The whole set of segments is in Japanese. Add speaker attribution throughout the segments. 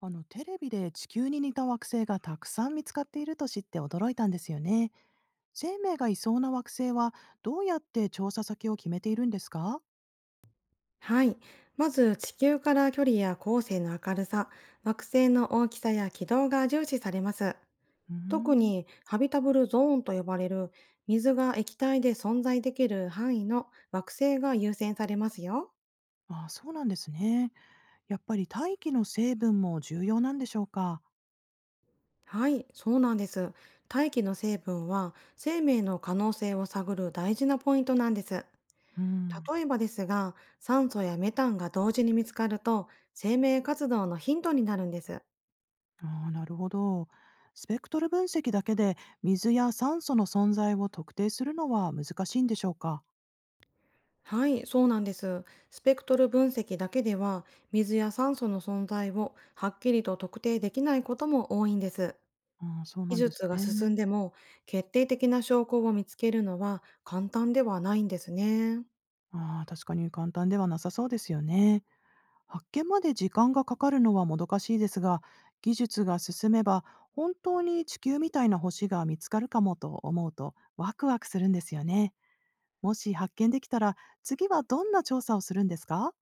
Speaker 1: テレビで地球に似た惑星がたくさん見つかっていると知って驚いたんですよね。生命がいそうな惑星はどうやって調査先を決めているんですか？
Speaker 2: はい。まず、地球から距離や恒星の明るさ、惑星の大きさや軌道が重視されます。
Speaker 1: うー
Speaker 2: 特
Speaker 1: ん。
Speaker 2: に、ハビタブルゾーンと呼ばれる、水が液体で存在できる範囲の惑星が優先されますよ。
Speaker 1: あ、そうなんですね。やっぱり大気の成分も重要なんでしょうか。
Speaker 2: はい、そうなんです。大気の成分は、生命の可能性を探る大事なポイントなんです。
Speaker 1: うん。
Speaker 2: 例えばですが、酸素やメタンが同時に見つかると、生命活動のヒントになるんです。
Speaker 1: あー、なるほど。スペクトル分析だけで水や酸素の存在を特定するのは難しいんでしょうか。
Speaker 2: はい、そうなんです。スペクトル分析だけでは、水や酸素の存在をはっきりと特定できないことも多いんです。
Speaker 1: うん、そう
Speaker 2: 技
Speaker 1: なんです
Speaker 2: 術が進ん
Speaker 1: ね。
Speaker 2: でも、決定的な証拠を見つけるのは簡単ではないんですね。
Speaker 1: ああ、確かに簡単ではなさそうですよね。発見まで時間がかかるのはもどかしいですが、技術が進めば本当に地球みたいな星が見つかるかもと思うとワクワクするんですよね。もし発見できたら次はどんな調査をするんですか？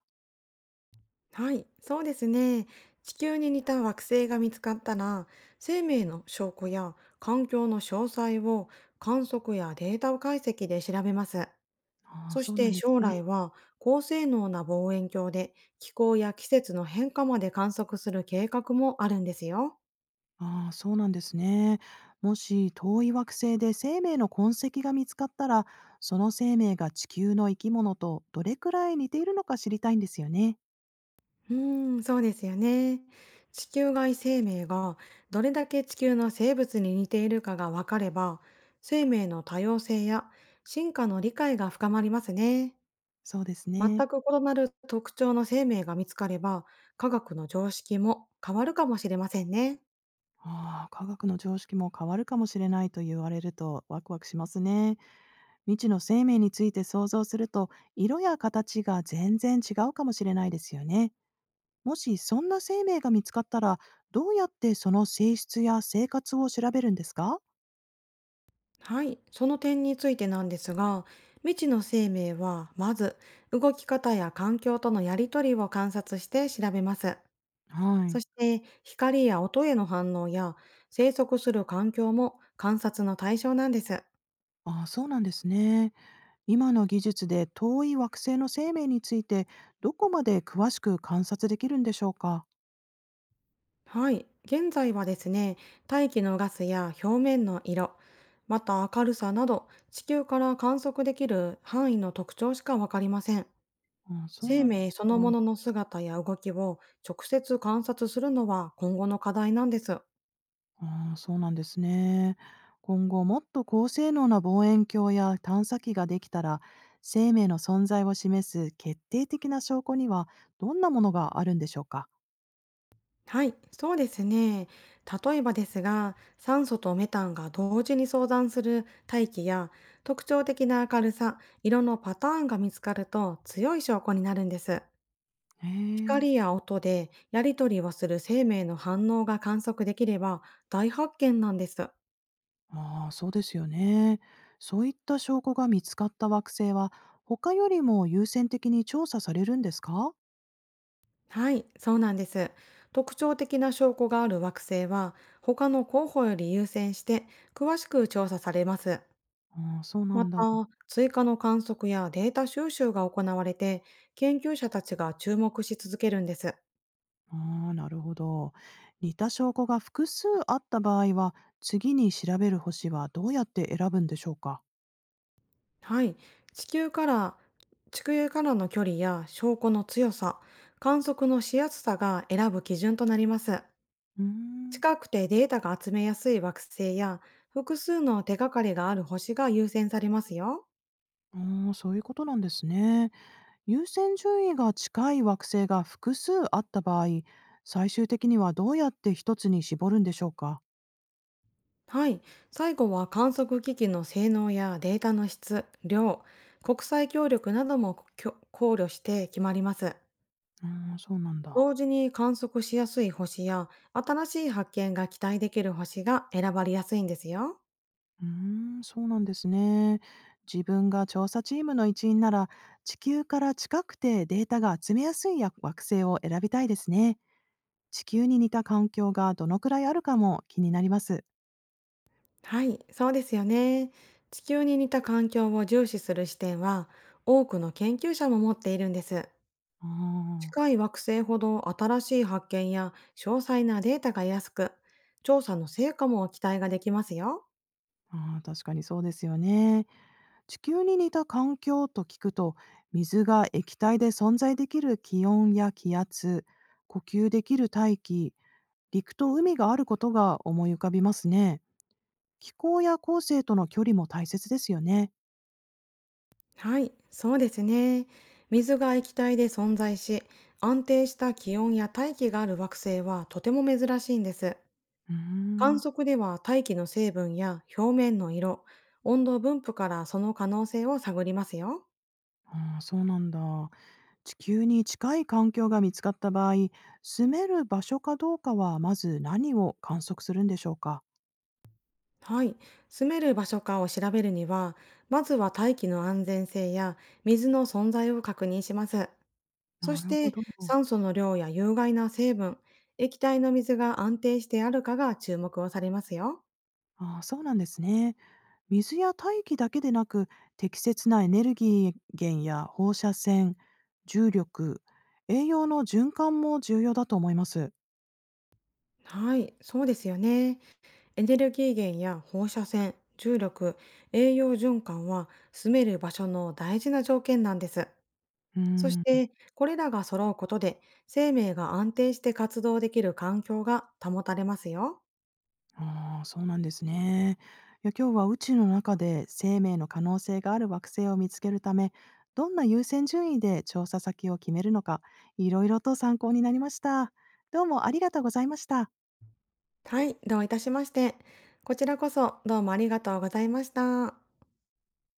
Speaker 2: はい、そうですね。地球に似た惑星が見つかったら、生命の証拠や環境の詳細を観測やデータ解析で調べます。
Speaker 1: ああ、
Speaker 2: そし
Speaker 1: そうな
Speaker 2: て
Speaker 1: んです
Speaker 2: 将来
Speaker 1: ね。
Speaker 2: は高性能な望遠鏡で気候や季節の変化まで観測する計画もあるんですよ。
Speaker 1: ああ、そうなんですね。もし遠い惑星で生命の痕跡が見つかったら、その生命が地球の生き物とどれくらい似ているのか知りたいんですよね。
Speaker 2: うーん、そうですよね。地球外生命がどれだけ地球の生物に似ているかが分かれば、生命の多様性や進化の理解が深まりますね。
Speaker 1: そうです
Speaker 2: 全
Speaker 1: ね。
Speaker 2: く異なる特徴の生命が見つかれば、科学の常識も変わるかもしれませんね。
Speaker 1: ああ、科学の常識も変わるかもしれないと言われるとワクワクしますね。未知の生命について想像すると、色や形が全然違うかもしれないですよね。もしそんな生命が見つかったら、どうやってその性質や生活を調べるんですか？
Speaker 2: はい、その点についてなんですが、未知の生命はまず動き方や環境とのやりとりを観察して調べます。
Speaker 1: は
Speaker 2: そ
Speaker 1: い。
Speaker 2: して光や音への反応や生息する環境も観察の対象なんです。
Speaker 1: ああ、そうなんですね。今の技術で遠い惑星の生命について、どこまで詳しく観察できるんでしょうか。
Speaker 2: はい、現在はですね、大気のガスや表面の色、また明るさなど地球から観測できる範囲の特徴しかわかりません。
Speaker 1: ああ、そう
Speaker 2: 生
Speaker 1: なんで
Speaker 2: 命
Speaker 1: す
Speaker 2: そ
Speaker 1: か。
Speaker 2: のものの姿や動きを直接観察するのは今後の課題なんです。
Speaker 1: ああ、そうなんですね。今後もっと高性能な望遠鏡や探査機ができたら、生命の存在を示す決定的な証拠にはどんなものがあるんでしょうか？
Speaker 2: はい、そうですね。例えばですが、酸素とメタンが同時に相談する大気や特徴的な明るさ、色のパターンが見つかると強い証拠になるんです。
Speaker 1: へえ。
Speaker 2: 光や音でやり取りをする生命の反応が観測できれば大発見なんです。
Speaker 1: ああ、そうですよね。そういった証拠が見つかった惑星は、他よりも優先的に調査されるんですか？
Speaker 2: はい、そうなんです。特徴的な証拠がある惑星は、他の候補より優先して詳しく調査されます。
Speaker 1: ああ、そうな
Speaker 2: また、
Speaker 1: んだ。
Speaker 2: 追加の観測やデータ収集が行われて、研究者たちが注目し続けるんです。
Speaker 1: ああ、なるほど。似た証拠が複数あった場合は、次に調べる星はどうやって選ぶんでしょうか？
Speaker 2: はい、地球から、地球からの距離や証拠の強さ、観測のしやすさが選ぶ基準となります。
Speaker 1: うーん。
Speaker 2: 近くてデータが集めやすい惑星や、複数の手がかりがある星が優先されますよ。
Speaker 1: ああ、そういうことなんですね。優先順位が近い惑星が複数あった場合、最終的にはどうやって一つに絞るんでしょうか？
Speaker 2: はい。最後は観測機器の性能やデータの質、量、国際協力なども考慮して決まります。
Speaker 1: うーん、そうなんだ。
Speaker 2: 同時に観測しやすい星や新しい発見が期待できる星が選ばれやすいんですよ。
Speaker 1: うーん、そうなんですね。自分が調査チームの一員なら、地球から近くてデータが集めやすいや惑星を選びたいですね。地球に似た環境がどのくらいあるかも気になります。
Speaker 2: はい、そうですよね。地球に似た環境を重視する視点は多くの研究者も持っているんです。
Speaker 1: あ
Speaker 2: 近い惑星ほど新しい発見や詳細なデータが得やすく、調査の成果も期待ができますよ。
Speaker 1: ーあー、確かにそうですよね。地球に似た環境と聞くと、水が液体で存在できる気温や気圧、呼吸できる大気、陸と海があることが思い浮かびますね。気候や後世との距離も大切ですよね。
Speaker 2: はい、そうですね。水が液体で存在し、安定した気温や大気がある惑星はとても珍しいんです。
Speaker 1: うー
Speaker 2: 観
Speaker 1: ん。
Speaker 2: 測では大気の成分や表面の色、温度分布からその可能性を探りますよ。
Speaker 1: ああ、そうなんだ。地球に近い環境が見つかった場合、住める場所かどうかはまず何を観測するんでしょうか。
Speaker 2: はい。住める場所かを調べるには、まずは大気の安全性や水の存在を確認します。そ
Speaker 1: な
Speaker 2: し
Speaker 1: るほ
Speaker 2: て
Speaker 1: ど。
Speaker 2: 酸素の量や有害な成分、液体の水が安定してあるかが注目をされますよ。
Speaker 1: ああ、そうなんですね。水や大気だけでなく、適切なエネルギー源や放射線、重力、栄養の循環も重要だと思います。
Speaker 2: はい、そうですよね。エネルギー源や放射線、重力、栄養循環は住める場所の大事な条件なんです。
Speaker 1: う
Speaker 2: そし
Speaker 1: ーん。
Speaker 2: て、これらが揃うことで、生命が安定して活動できる環境が保たれますよ。
Speaker 1: ああ、そうなんですね。いや、今日は宇宙の中で生命の可能性がある惑星を見つけるため、どんな優先順位で調査先を決めるのか、いろいろと参考になりました。どうもありがとうございました。
Speaker 2: はい、どういたしまして。こちらこそどうもありがとうございました。